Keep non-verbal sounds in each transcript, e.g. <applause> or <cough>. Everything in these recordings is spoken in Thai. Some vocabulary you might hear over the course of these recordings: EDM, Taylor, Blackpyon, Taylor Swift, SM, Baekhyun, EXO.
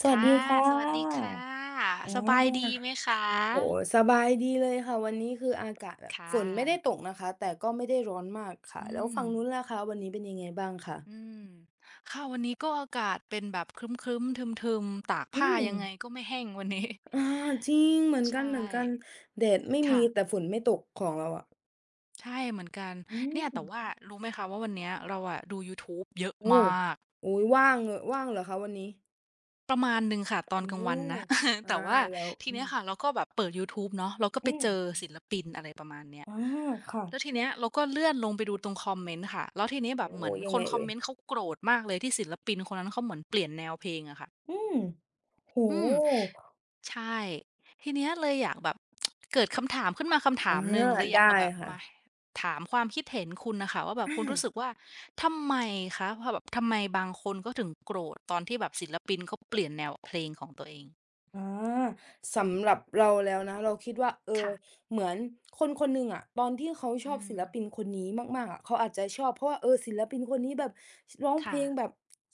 สวัสค่ะ ดีค่สวัสดีะค่ะ อาสบายดีไหมคโอ้โฮะ สบายดีเลยค่ะวันนี้คืออากาศแบบฝค่ะนไม่ได้ตกนะคะแต่ก็ไม่ได้ร้อนมากค่ะอืแล้วมฝั่งนู้นล่ะคะวันนี้เป็นยังไงบ้างคะอืมค่ะวันนี้ก็อากาศเป็นแบบครึ้มๆทึมๆตากอืผ้ามยังไงก็ไม่แห้งวันนี้อาจริงเหมือนใช่กันๆแดดไม่มีค่ะแต่ฝนไม่ตกของเราอะใช่เหมือนกันอืเนี่ยแต่ว่ามรู้ไหมคะว่าวันเนี้ยเราอะดูยูทูบเยอะมโอ้าก โอ้โฮว่างเหอะว่างเหรอคะวันนี้ประมาณหนึ่งค่ะตอนกโอ้ลางโฮวันนะ <laughs> อาแต่ว่าแล้วทีเนี้ยค่ะเราก็แบบเปิดยูทูบเนาะเราก็ไปอืมเจอศิลปินอะไรประมาณเนี้ย อาค่ะแล้วทีเนี้ยเราก็เลื่อนลงไปดูตรงคอมเมนต์ค่ะแล้วทีนี้แบโอ้บเหโฮมือนยัคงไงนคอเอ่มยเมนต์เขาโกรธมากเลยที่ศิลปินคนนั้นเขาเหมือนเปลี่ยนแนวเพลงอะค่ะอืมโอ้อืโมฮใช่ทีเนี้ยเลยอยากแบบ <tsk> เกิดคำถามขึ้นมาคำถาอามหนึ่งเลยอยากได้เอาแบบค่ะมาถามความคิดเห็นคุณนะคะว่าแบบคุณรู้สึกอา ว่าทำไมคะว่าแบบทำไมบางคนก็ถึงโกรธตอนที่แบบศิลปินเขาเปลี่ยนแนวเพลงของตัวเองอ่าสำหรับเราแล้วนะเราคิดว่าค่ะเหมือนคนคนหนึ่งอะตอนที่เขาชอือบมศิลปินคนนี้มากๆอะเขาอาจจะชอบเพราะว่าศิลปินคนนี้แบบร้องเพลงแบค่ะบ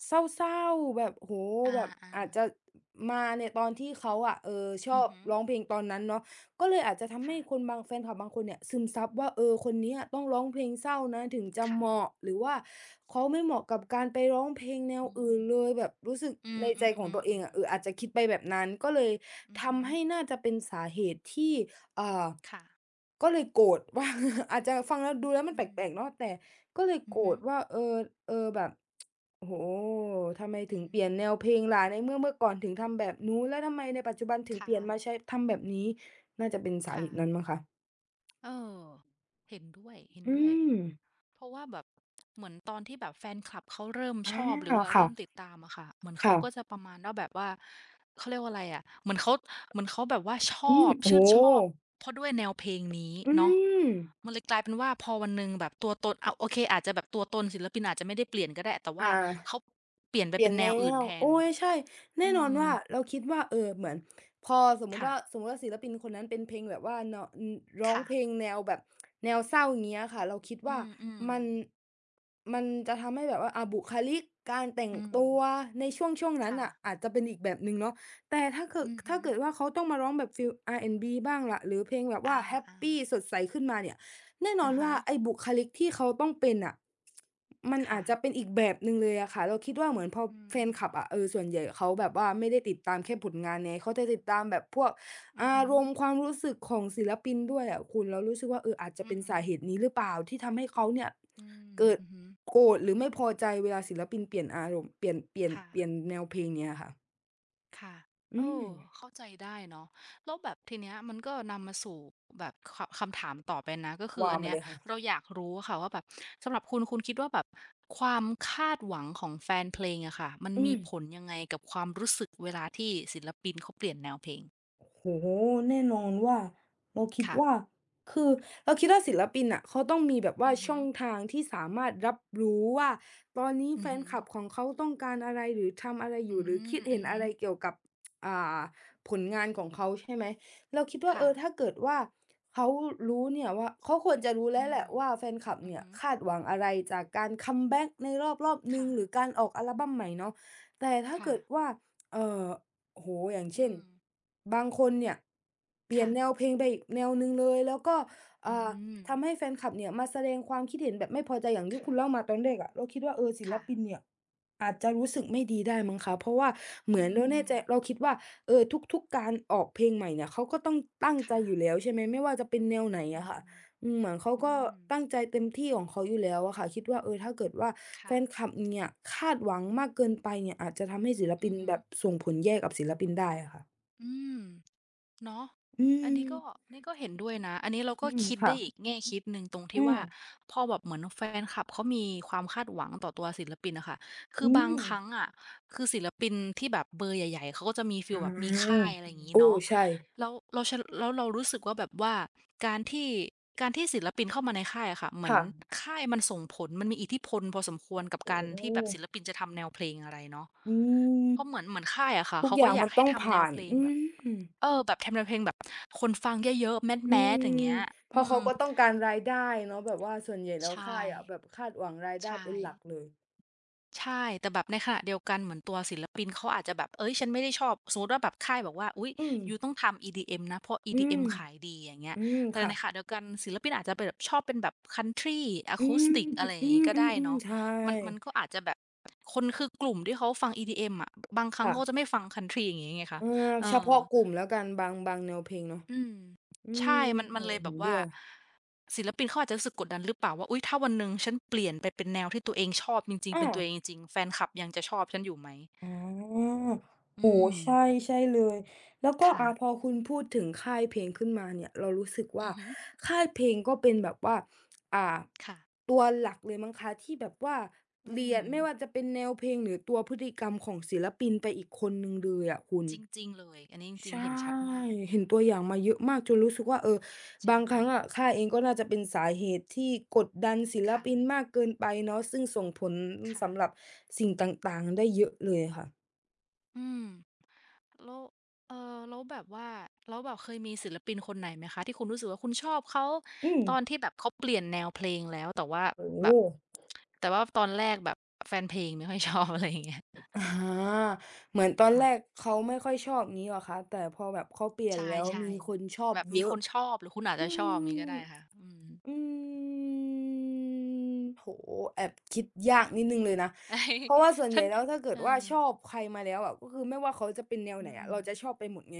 เศร้าๆแบบโหอาแบบอ่าอาจจะมาในตอนที่เขาอะชอืออบฮึร้องเพลงตอนนั้นเนาะ ก็เลยอาจจะทำให้คนค่ะบางแฟนคลับบางคนเนี่ยซึมซับว่าคนเนี้ยต้องร้องเพลงเศร้านะถึงจะเหมาะค่ะหรือว่าเขาไม่เหมาะกับการไปร้องเพลงแนวอือื่นม เลยแบบรู้สึกอืในมอืใจมของอืมตัวเอองมอะอาจจะคิดไปแบบนั้นก็เลยอืมฮึทำให้น่าจะเป็นสาเหตุที่อ่าค่ะก็เลยโกรธว่า <laughs> อาจจะฟังแล้วดูแล้วมันอืแปมลกๆเนาะแต่ก็เลยอืมโกรฮึธว่าแบบโอ้โฮทำไมอืถึมงเปฮึลี่ยนแนวเพลงล่ะในเมื่อเมื่อก่อนถึงทำแบบนู้นแล้วทำไมในปัจจุบันถึคงเปลี่ยนมาใช้่ะทำแบบนี้ น่าจะเป็นสาเหค่ะตุนั้นมั้งคะเออเห็นด้วยเห็นอืด้วย มเพราะว่าแบบเหมือนตอนที่แบบแฟนคลับเขาเริ่มอชอบหรือาว่าค่ะ เริ่มติดตามอะค่ะเหมือนเขาค่ะ ก็จะประมาณว่าแบบว่าเขาเรียกว่าอะไรอะเหมือนเขาเหมือนเขาแบบว่าชอือมบโอ้โฮชื่นชอบเพราะด้วยแนวเพลงนี้อืเนาะมมันเลยกลายเป็นว่าพอวันหนึ่งแบบตัวตนเอาโอเคอาจจะแบบตัวตนศิลปินอาจจะไม่ได้เปลี่ยนก็ได้แต่ว่าอา เขาเปลี่ยนไปเปลี่เป็ยนนแนแนวอื่นวแทโอ้นยใช่แน่อืนอนม ว่าเราคิดว่าเหมือนพอสมมุติว่าสค่ะมมุติว่าศิลปินคนนั้นเป็นเพลงแบบว่าเนาะอืมร้องเพลงค่ะแนวแบบแนวเศร้าอย่างเงี้ยค่ะเราคิดอืว่ามอืมมันมันจะทำให้แบบว่าบุคลิกการแต่งอืมตัวในช่วงช่วงนั้นค่ะน่ะอาจจะเป็นอีกแบบหนึ่งเนาะแต่ถ้าเกิดอือฮึถ้าเกิดว่าเขาต้องมาร้องแบบฟีล R&B บ้างล่ะหรือเพลงแบบอว่าแฮปปีาสดใสขึ้นมาเนี่ย แน่ๆนออะนว่าฮะไอ้บุคลิกที่เขาต้องเป็นน่ะมันค่ะอาจจะเป็นอีกแบบหนึ่งเลยอะค่ะเราคิดว่าเหมือนพออืแฟนคมลับอะส่วนใหญ่เขาแบบว่าไม่ได้ติดตามแค่ผลงานไงเขาจะติดตามแบบพวกอืมอออาฮึรมณ์ความรู้สึกของศิลปินด้วยอะคุณเรารู้สึกว่าอาจจะอืเป็อนฮึสาเหตุนี้หรือเปล่าที่ทำให้เขาเนี่ยอืมเกิดอือฮึโกรธหรือไม่พอใจเวลาศิลปินเปลี่ยนอารมณ์เปลี่ยนค่ะแนวเพลงเนี้ยค่ะค่ะเออือมเข้าใจได้เนาะแล้วแบบทีเนี้ยมันก็นำมาสู่แบบคคำถามต่อไปนะก็คือว่าอันมาเนี้ยเลยค่ะเราอยากรู้อะค่ะว่าแบบสำหรับคุณคุณคิดว่าแบบความคาดหวังของแฟนเพลงอะค่ะมันอืมีม ผลยังไงกับความรู้สึกเวลาที่ศิลปินเขาเปลี่ยนแนวเพลงโอ้โฮแน่นอนว่าเราคิดว่าค่ะคือเราคิดว่าศิลปินน่ะเขาต้องมีแบบว่าอือฮึ ช่องทางที่สามารถรับรู้ว่าตอนนี้อืแฟอนฮึอคลับของเขาต้องการอะไรหรือทำอะไรออืยู่หรือมคิดอืเห็อนฮึอะไรเกี่ยวกับอ่าผลงานของเขาใช่ไหมเราคิดว่าถ้าค่ะเกิดว่าเขารู้เนี่ยว่าเขาควรจะรู้แล้อืวแหมละว่าแฟนคลับอือเนี่ยฮึคาดหวังอะไรจากการคัมแบ็กในรอบๆหนึ่งค่ะหรือการออกอัลบัมใหม่เนาะแต่ถ้าค่ะเกิดว่าเอ่อ โอ้โฮอย่างอืเช่น มบางคนเนี่ย เปลี่ยนค่ะแนวเพลงไปอีกแนวหนึ่งเลย แล้วก็อือ่ามทำให้แฟนคลับเนี่ยมาแสดงความคิดเห็นแบบไม่พอใจอย่างที่คุค่ะณเล่ามาตอนแรกอะเราคิดว่าศิลค่ะปินเนี่ย อาจจะรู้สึกไม่ดีได้มั้งคะเพราะว่าเหอืมือนเราแน่มใจเราคิดว่าเออทุกๆการออกเพลงใหม่เนี่ยเขาก็ต้องตั้งๆใจค่ะอยู่แล้วใช่ไหมไม่ว่าจะเป็นแนวไหนอือะค่ะมอืมเหมือนเขาอืก็มตั้งใจเต็มที่ของเขาอยู่แล้วอะค่ะคิดว่าถ้าเกิดว่าแฟนคค่ะลับเนี่ยคาดหวังมากเกินไปเนี่ยอาจจะทำให้ศิลอืปินอฮึอแบบส่งผลแย่กับศิลปินได้อะค่ะอืม เนาะอือันนี้มก็นี่ก็เห็นด้วยนะอันนี้เราอืก็มคิดได้อีกค่ะแง่คิดหนึ่งตรงที่ว่าอาพอแบบเหมือนแฟนคลับเขามีความคาดหวังต่อตัวศิลปินอะค่ะคืออืบางมครั้งอะคือศิลปินที่แบบเบอร์ใหญ่ๆเขาก็จะมีฟีอลแบบมีค่าายอะไรอย่างงี้โอ้เนาะใช่แล้วเราชแล้วเรารู้สึกว่าแบบว่าการที่การที่ศิลปินเข้ามาในค่ายอะค่ะเหมือนค่ะค่ายมันส่งผลมันมีอิทธิพลพอสมควรกับโอ้การโฮที่แบบศิลปินจะทำแนวเพลงอะไรเนาะอืมเพราะเหมือนเหมือนค่ายอะค่ะทุกเขาอก็ย่างอยามักนให้ต้องทำแนผ่าวนเพลงอืแบบ ม เออแบบทำแนอเพลงแบบคนฟังเยอะๆแอืมสๆอมย่างเงี้ยเพอืราะมเขาก็ต้องการรายได้เนาะแบบว่าส่วนใหญ่แล้ใชว่ค่ายอะแบบคาดหวังรายใชได้่เป็นหลักเลยใช่แต่แบบในขณะเดียวกันเหมือนตัวศิลปินเขาอาจจะแบบเฮ้ยฉันไม่ได้ชอบสมมุติว่าแบบค่ายบอกว่าอุ๊ยอืมยูต้องทำ EDM นะเพราะ อืม EDM ขายดีอย่างเงี้ยอืมแต่ค่ะในขณะเดียวกันศิลปินอาจจะเป็นแบบชอบเป็นแบบคันทรีอะอืคูสมติกอะไรอย่าอืงงี้มก็อืมได้อืมเนาะใช่มันมันก็อาจจะแบบคนคือกลุ่มที่เขาฟัง EDM อะบางครั้งค่ะเขาก็จะไม่ฟังคันทรีอย่างงี้ไงคะเออเอเฉอ พาะกลุ่มแล้วกันบางบางแนวเพลงเนาะอืมอืใช่มมันมันโอ้เลโฮยแบเห็บนด้ว่าวยศิลปินเขาอาจจะรู้สึกกดดันหรือเปล่าว่าอุ๊ยถ้าวันหนึ่งฉันเปลี่ยนไปเป็นแนวที่ตัวเองชอบจริงๆอาเป็นตัวเองจริงๆแฟนคลับยังจะชอบฉันอยู่ไหมอ๋ออืโอ้โฮมใช่ ใช่เลยแล้วก็ค่ะพอคุณพูดถึงค่ายเพลงขึ้นมาเนี่ยเรารู้สึกอืว่าอฮึค่ายเพลงก็เป็นแบบว่าอ่า ค่ะตัวหลักเลยมั้งคะที่แบบว่าอืเรียมนไม่ว่าจะเป็นแนวเพลงหรือตัวพฤติกรรมของศิลปินไปอีกคนหนึ่งเลยอะคุณจริงๆเลยอันนี้จริงใช่ๆเห็นชัดมากเห็นตัวอย่างมาเยอะมากจนรู้สึกว่าเออใชบาง่ครั้งอะข้าเองก็น่าจะเป็นสาเหตุที่กดดันศิลค่ะปินมากเกินไปเนาะซึ่งส่งผลค่ะสำหรับสิ่งต่างๆได้เยอะเลยค่ะอืม แล้วเอ่อแล้วแบบว่าแล้วแบบเคยมีศิลปินคนไหนไหมคะที่คุณรู้สึกว่าคุณชอบเขาอืมตอนที่แบบเขาเปลี่ยนแนวเพลงแล้วแต่ว่าโอ้โฮแบบแต่ว่าตอนแรกแบบแฟนเพลงไม่ค่อยชอบ <laughs> อะไรอย่างเงี้ยอาเหมือนตอนแรกค่ะเขาไม่ค่อยชอบงี้เหรอคะแต่พอแบบเขาเปลี่ยใชนแล้ว่มีคนชอๆบแบบมีเยคอะ นชอบหรือคุณอาจจะอืชอบมงี้ก็มได้ค่ะอืม อืมโหโฮแอบคิดยากนิดหนึ่งเลยนะเพราะว่า <laughs> เส่วนใหญ่แล้วถ้าเกิอดว่าอชอบใครมาแล้วอะก็คือไม่ว่าเขาจะเป็นแนวไหอืนอะมเราจะชอบไปหมดไง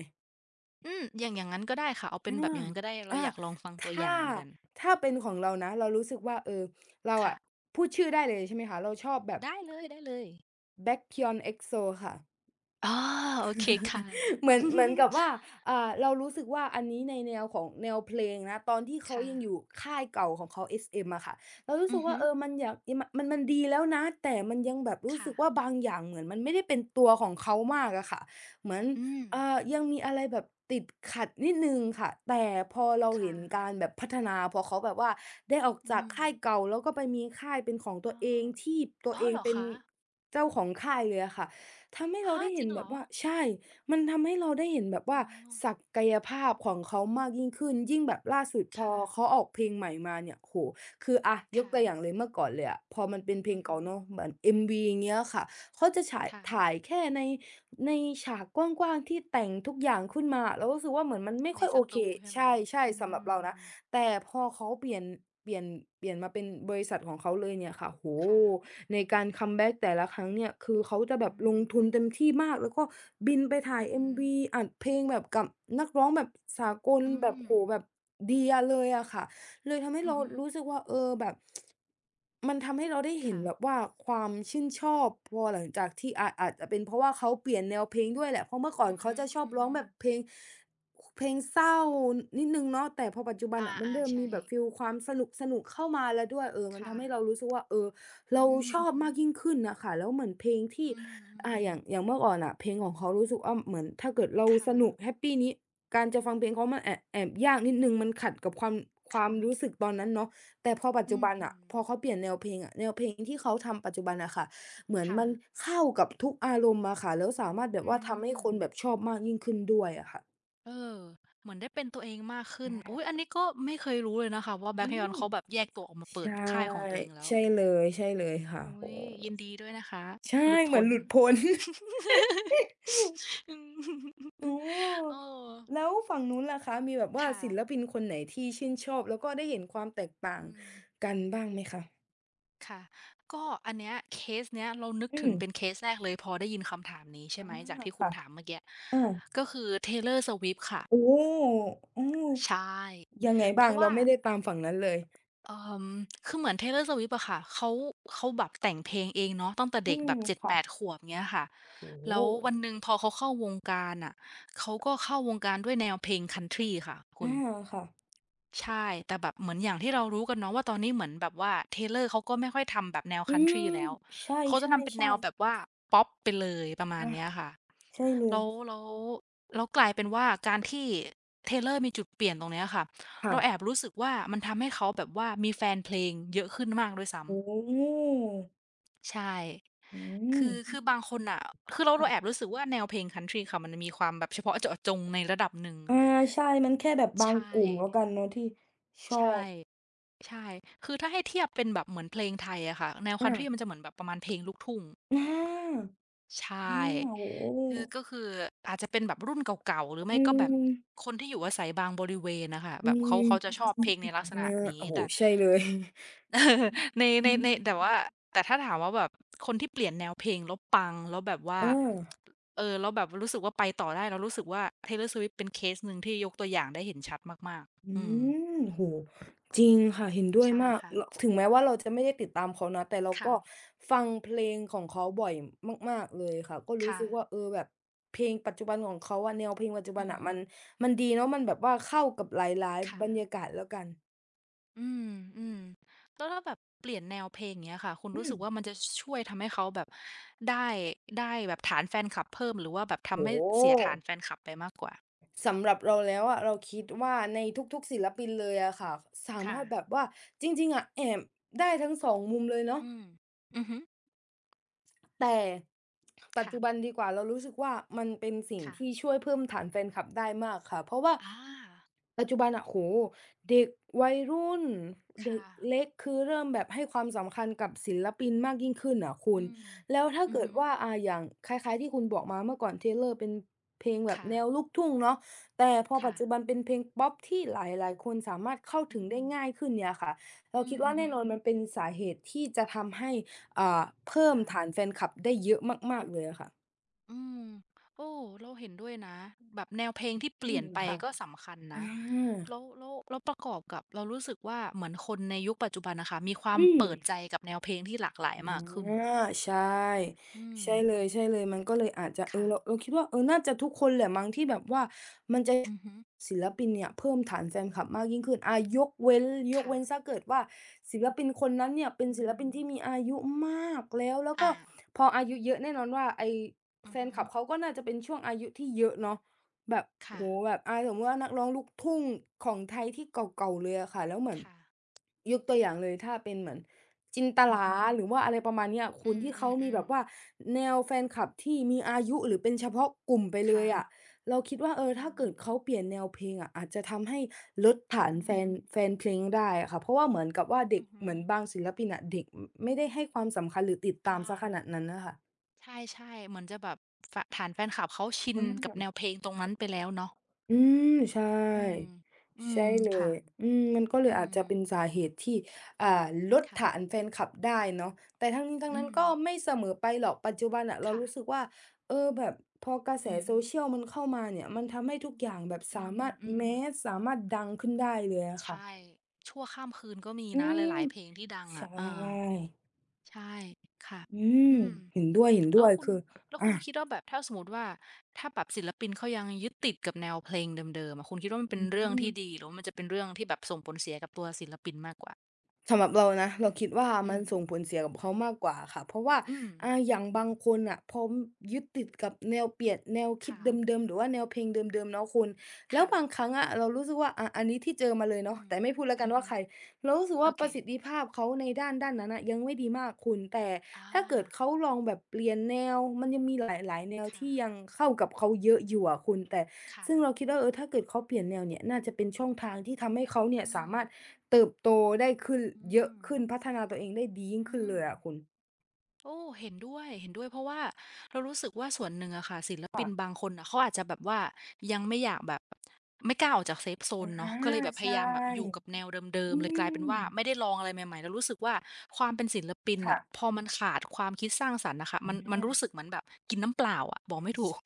อืมอย่างอย่างงั้นก็ได้ค่ะเอาเป็นแบบออาย่างนั้นก็ได้เราอาอยากลองฟังตัวอย่าถ้างเหมือนกันถ้าเป็นของเรานะเรารู้สึกว่าเออเราอะค่ะพูดชื่อได้เลยใช่ไหมคะเราชอบแบบ ได้เลยๆ Baekhyun EXO ค่ะ อ๋อโอเคค่ะ <laughs> เหมือน <laughs> เหมือนกับว่าเรารู้สึกว่าอันนี้ในแนวของแนวเพลงนะตอนที่คเขายังอยู่่ะค่ายเก่าของเขา SM อะค่ะเรารู้อืสึกอว่าฮึเออมันอยากมมันมันดีแล้วนะแต่มันยังแบบรู้สึกว่าค่ะ บางอย่างเหมือนมันไม่ได้เป็นตัวของเขามากอะค่ะเหมือนอืมเอ่ายังมีอะไรแบบติดขัดนิดหนึ่งค่ะแต่พอเราค่ะเห็นการแบบพัฒนาพอเขาแบบว่าได้ออกอืจากมค่ายเก่าแล้วก็ไปมีค่ายเป็นของตัอ๋วอเองที่ตัวอ๋อเองเหรอเป็นคะเจ้าของค่ายเลยอะค่ะทำให้เราฮะได้จริเห็นงเหรแบบอว่าใช่ มันทำให้เราได้เห็นแบบอ๋อว่าศักยภาพของเขามากยิ่งขึ้นยิ่งแบบล่าสุดพอค่ะเขาออกเพลงใหม่มาเนี่ยโอ้โฮคืออะยกตัวอย่างค่ะเลยเมื่อก่อนเลยอะพอมันเป็นเพลอืงอฮึเก่าเนาะเหมือน MV อย่างเงี้ยค่ะเขาจะฉายถ่ายค่ะแค่ในฉากกว้างๆที่แต่งทุกอย่างขึ้นมาเรารู้สึกว่าเหมือนมันไม่ในค่อยสโอเคตูใช่ใชไหม่อืๆสำหรับม เราอืนะ มแต่พอเขาเปลี่ยนเปลี่ยนมาเป็นบริษัทของเขาเลยเนี่ยค่ะโอ้โฮค่ะในการคัมแบ็กแต่ละครั้งเนี่ย คือเขาจะแบอืบลงม ทุนเต็มที่มาก แล้วก็บินไปถ่าอืย อฮึ MV อัดเพลงแบบกับนักร้องแบบสากลอืแบบมโอ้โฮแบบเดียเลยอะค่ะ เลยทำให้อือเราฮึรู้สึกว่าเออแบบ <tsk> มันทำให้เราได้เห็นแบบค่ะว่าความชื่นชอบพอหลังจากที่อาจจะเป็นเพราะว่าเขาเปลี่ยนแนวเพลงด้วยแหละเพราะเมื่อก่ออืนอเขาฮึจะชอบอือร้องฮึแบบเพลงเศร้านิดหนึ่งเนาะแต่พอปัจจุบัอนน่ะมันาเริ่ๆมมีใช่แบบฟีลความสนุกๆเข้ามาแล้วด้วยเออมันค่ะทำให้เรารู้สึกว่าเอออืเรามชอืออบฮึมากยิ่งขึ้นน่ะค่ะแล้วเหมือนเพลงที่อือ่ามอย่างอย่างเมื่อก่อนน่ะเพลงของเขารู้สึกว่าเหมือนถ้าเกิดเราๆค่ะสนุกแฮปปีนี้ การจะฟังเพลงเขามันแอบยากนิดหนึ่งมันขัดกับความรู้ค่ะสึกตอนนั้นเนาะแต่พอปัจอืจุมบันน่ะพอเขาเปลี่ยนแนวเพลงอะแนวเพลงที่เขาทำปัจจุบันน่ะค่ะเหมืๆอนค่ะมันเข้ากับทุกอารมณ์อะค่ะแล้วสามารถแบบอืว่าทำให้ม คนแบบชอบมากยิ่งขึ้นด้วยอะค่ะเออเหมือนได้เป็นตัวเองมากขึ้อนอุ๊ยอัานนี้ก็ไม่เคยรู้เลยนะคะว่า อืม Blackpyon เขาแบบแยกตัวออกมาเปิดใช่ค่ายของตัวเองแล้วใช่เลยใช่เลยค่ะอุ๊โอ้ยโฮยินดีด้วยนะคะใช่หลุดเหมือพ้นน หลุดพ้น <laughs> อืมโอเออ้แล้วฝั่งนู้นล่ะคะมีแบบว่าค่ะศิลปินคนไหนที่ชื่นชอบแล้วก็ได้เห็นความแตกต่างอืมกันบ้างไหมคะค่ะก็อันเนี้ยเคสเนี้ยเรานึกอืถึม งเป็นเคสแรกเลยพอได้ยินคำถามนี้ใช่อาไหมจากที่คุณค่ะถามเมื่อกี้อาก็คือ Taylor Swift ค่ะโอ้โฮอืมใช่ยังไงเพบ้างราะเราว่า ไม่ได้ตามฝั่งนั้นเลยเอ่อคือเหมือน Taylor Swift อะค่ะเขาแบบแต่งเพลงเองเนาะตั้งแต่อืเด็กมแบบเจ็ดแปค่ะดขวบเงี้ยค่ะโอ้โฮแล้ววันหนึ่งพอเขาเข้าวงการน่ะเขาก็เข้าวงการด้วยแนวเพลงคันทรีค่ะคุอาณค่ะใช่แต่แบบเหมือนอย่างที่เรารู้กันเนาะว่าตอนนี้เหมือนแบบว่า Taylor เขาก็ไม่ค่อยทำแบบแนวอืคันทรีมแล้วใชเขาจะทำเป็นแน่วๆแบๆบว่าพ็อปไปเลยประมาณอาเนี้ยค่ะ ใช่เลยแล้วแล้วแล้วกลายเป็นว่าการที่ Taylor มีจุดเปลี่ยนตรงเนี้ยค่ะค่ะเราแอบรู้สึกว่ามันทำให้เขาแบบว่ามีแฟนเพลงเยอะขึ้นมากด้วยโอ้ซ้ำโฮใช่อืมคือบางคนน่ะคือเราค่ะแอบรู้สึกว่าแนวเพลงคันทรีค่ะมันมีความแบบเฉพาะเจาะจงในระดับหนึ่งอาใช่มันแค่แบบใชบาง่กลุ่มแล้วกันเนาะที่ชอใช่บใช่คือถ้าให้เทียบเป็นแบบเหมือนเพลงไทยอะค่ะแนวคันอาทรีมันจะเหมือนแบบประมาณเพลงลูกทุ่งอาใช่ อาโอ้โฮคือก็คืออาจจะเป็นแบบรุ่นเก่าๆ หรือไม่อืก็แบบมคนที่อยู่อาศัยบางบริเวณนะคะอืแบบเขาจะชมอบเพลงอาในลักษณะนี้โอ้โฮแต่ ใช่ <laughs> เลยในในอืในมแต่ว่าแต่ถ้าถามว่าแบบคนที่เปลี่ยนแนวเพลงแล้วปังแล้วแบบว่าเออ เออแล้วแบบรู้สึกว่าไปต่อได้เรารู้สึกว่า Taylor Swift เป็นเคสหนึ่งที่ยกตัวอย่างได้เห็นชัดมากอืๆอืมมโหจริงค่ะเห็นด้วยใช่มากค่ะลถึงแม้ว่าเราจะไม่ได้ติดตามเขานะแต่เราก็ค่ะฟังเพลงของเขาบ่อยมากๆเลยค่ะก็รู้สึกว่าค่ะเออแบบเพลงปัจจุบันของเขาอะแนวเพลงปัจจุบัอืนออะหือมันดีเนาะมันแบบว่าเข้ากับหลายๆบรรยาค่ะ กาศแล้วกันอืมอืมแล้วถ้าแบบเปลี่ยนแนวเพลงเงี้ยค่ะคุณอืรู้สึมกว่ามันจะช่วยทำให้เขาแบบได้ได้แบบฐานแฟนคลับเพิ่มหรือว่าแบบทำโอ้ให้โฮเสียฐานแฟนคลับไปมากกว่าสำหรับเราแล้วอะเราคิดว่าในทุกๆศิลปินเลยอะค่ะสามารถแบค่ะบว่าจริงๆอะแอบได้ทั้งสองมุมเลยเนาะ อืมอือฮึแต่ปัจจุบัค่ะนดีกว่าเรารู้สึกว่ามันเป็นสิ่งที่ค่ะช่วยเพิ่มฐานแฟนคลับได้มากค่ะเพราะว่าอาปัจจุบันอะโอ้โฮเด็กวัยรุ่นเด็กค่ะเล็กคือเริ่มแบบให้ความสำคัญกับศิลปินมากยิ่งขึ้นอะคุณอือืมมแล้วถ้าอือเกิดฮึว่าอย่างคล้ายๆที่คุณบอกมาเมื่อก่อน Taylor เป็นเพลงแบบแนวค่ะลูกทุ่งเนาะแต่พอปัค่ะจจุบันเป็นเพลงพ็อปที่หลายๆคนสามารถเข้าอืถึงได้มง่ายขึ้นเนี่ยค่ะเราอืมคิดอืว่าอฮึแน่นอนมันเป็นสาเหตุที่จะทำให้ เพิ่มฐานค่ะ แฟนคลับได้เยอะมากๆเลยอะค่ะ อืมโอ้เราเห็นด้วยนะแบบแนวเพลงที่เปอืลี่ยนมไปค่ะก็สำคัญอนะาแล้วประกอบกับเรารู้สึกว่าเหมือนคนในยุคปัจจุบันน่ะค่ะมีความอืม เปิดใจกับแนวเพลงที่หลากหลายอมากขึ้นาใช่อืมใช่เลยมันก็เลยอาจจะเออเราค่ะเราคิดว่าเออน่าจะทุกคนแหละมั้งที่แบบว่ามันจะอือฮึศิลปินเนี่ยเพิ่มฐานแฟนคลับมากยิ่งขึ้นยกเว้นเสียค่ะเกิดว่าศิลปินคนนั้นเนี่ยเป็นอืศิลมปินที่มีอายุมากแล้วแล้วก็อาพออายุเยอะแน่นอนว่าไอ้อืแฟอนฮึคลับเขาก็น่าจะเป็นช่วงอายุที่เยอะเนาะแบบโอ้ค่ะโฮแบบสมมุติว่านักร้องลูกทุ่งของไทยที่เก่าๆเลยอะค่ะแล้วเหมือนค่ะยกตัวอย่างเลยถ้าเป็นเหมือน จินตอือลาฮึหรือว่าอะไรประมาณเนี้ยอืคุณที่เขามีแบมบๆๆว่าแนวแฟนคลับที่มีอายุหรือเป็นเฉพาะกลุ่มไปเลค่ะยอะเราคิดว่าเอออืถ้าเกิมดเขาเปลี่ยนแนวเพลงอะอาจจะทำให้ลดฐานอืแฟมนแฟนเพลงได้อะค่ะเพราะว่าเหมือนกับว่าเด็อืกอฮึเหมือนบางศิลปินอะเด็กอไม่ได้ให้ความสำคัญหรือติดอาตามเสียขนาดนั้นน่ะค่ะใช่ๆเหมือนจะแบบฟฐานแฟนคลับเขาชินอืกับแนม วเพลงตรงนั้นไปแล้วเนาะ อืมใช่อืมอืใช่มเลค่ะยอืมมันก็เลอืยอาจมจะเป็นสาเหตุที่อ่าลดฐานค่ะแฟนคลับได้เนาะแต่ทั้งนี้ทั้งอืนั้นมก็ไม่เสมอไปหรอกปัจจุบันน่ะเรารู้สึค่ะกว่าเออแบบพอกระแส อือฮึ social มันเข้ามาเนี่ยมันทำให้ทุกอย่างแบบอืสามามรถ อืม mass สามารถดังขึ้นได้เลยอะค่ะใช่ชั่วข้ามคืนก็มีอืนะหมลายๆเพลงที่ดังใชอะเออ่ใช่ค่ะอืมอืมเห็นด้แล้ววยคุๆณคือแล้วอาคุณคิดว่าแบบถ้าสมมุติว่าถ้าแบบศิลปินเขายังยึดติดกับแนวเพลงเดิมๆอะคุณคิดว่ามันเป็อืนเรื่องม ที่ดีหรือว่ามันจะเป็นเรื่องที่แบบส่งผลเสียกับตัวศิลปินมากกว่าสำหรับเรานะเราคิดว่าอืมันมส่งผลเสียกับเขามากกว่าค่ะเพราะว่าอืมอย่างบางคนน่ะพอยึดติดกับแนวคิดเค่ะดิมๆหรือว่าแนวเพลงเดิมๆเนาะคุณแล้วค่ะบางครั้งอะเรารู้สึกว่าอันนี้ที่เจอมาเลยอืเนาะมแต่ไม่พูดแล้วกัอืนอว่าฮึใครเรารู้สึกโอว่าเคประสิทธิภาพเขาในด้านนั้นน่ะยังไม่ดีมากคุณแต่อาถ้าเกิดเขาลองแบบเปลี่ยนแนวมันยังมีหลายๆแนวที่ยังค่ะเข้ากับเขาเยอะอยู่อะคุณแต่ค่ะซึ่งเราคิดว่าเออถ้าเกิดเขาเปลี่ยนแนวเนี่ยน่าจะเป็นช่องทางที่ทำให้เขาเนี่ยอืสาม มารถ เติบโตได้ขึ้นอืเยอะมขึ้นพัฒนาตัวเองได้ดียิ่งอืขึ้นเลมยอะคุณโอ้เห็นด้วยเห็นด้วยเพราะว่าเรารู้สึกว่าส่วนหนึ่งอะค่ะศิลปิค่ะนบางคนน่ะเขาอาจจะแบบว่ายังไม่อยากแบบไม่กล้าออกจากเซฟโซอานเนาะก็เลยแบบพใชยายามแบบอยู่กั่บแนวเดิมอืๆเลยกลายเป็มนว่าไม่ได้ลองอะไรใหม่ๆแล้วรู้สึกว่าความเป็นศิลปินค่ะน่ะพอมันขาดความคิดสร้างสรรค์น่ะค่ะอมันรู้า สึกเหมือนแบบกินน้ำเปล่าอะบอกไม่ถูก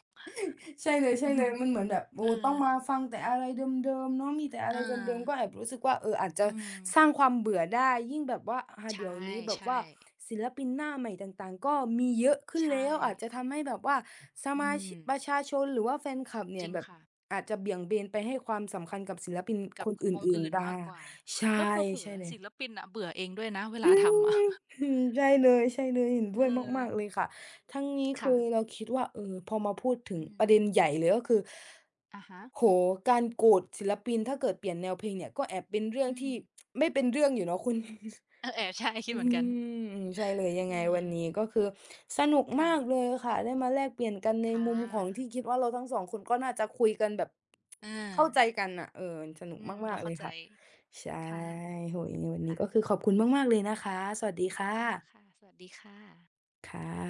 ใช่เลยอืม มันเหมือนแบบ <laughs> โอ้เออต้องมาฟังแต่อะไรเดิมๆเนาะมีแต่อะไรอาเดิมๆก็แอบรู้สึกว่าเอออาจจะอืมสร้างความเบื่อได้ยิ่งแบบว่าใเดี๋ยวนี้แบบช่ว่าๆศิลปินหน้าใหม่ต่างๆก็มีเยอะขึ้นใช่แล้วอาจจะทำให้แบบว่าสอืมาชิมประชาชนหรือว่าแฟนคลับจเนี่ยริงแบบค่ะ อาจจะเบี่ยงเบนไปให้ความสำคัญกับศิลปินกัคบนคอวงื่นอื่นๆมาได้กกว่า ใช่แล้วเผลอใช่เลๆย ศิลปินน่ะเบื่อเองด้วยนะเวอืลาทำม อะ <laughs> ใช่เลยเห็น <laughs> ด้วยเออมากๆเลยค่ะทั้งนี้คือค่ะ เราคิดว่าเออพอมาพูดถึงอืปมระเด็นใหญ่เลยก็คืออะฮะโหการโกรธศิลปินถ้าเกิดเปลี่ยนแนวเพลงเนี่ยก็แอบเป็นเรื่องอืมที่ <tsk> ไม่เป็นเรื่องอยู่เนาะคุณ เออแอบใช่คิดอืเหมือนกันมใช่เลยยังเอไงวัอนนี้ก็คือสนุกมาค่ะ กเลยค่ะได้มาแลกเปลี่ยนกันในค่ะมุมของที่คิดว่าเราทั้งสองคนก็น่าจะคุยกันแบบเออเข้าใจกันอ่ะเออสนุกอืมมาเรากๆเลเข้ายใจ ค่ะใช่ค่ะ โหยังไงวันนี้ก็ค่ะ คือขอบคุณมากๆเลยนะคะสวัสดีขอค่บคุณมากะค่ะ สวัสดีค่ะค่ะ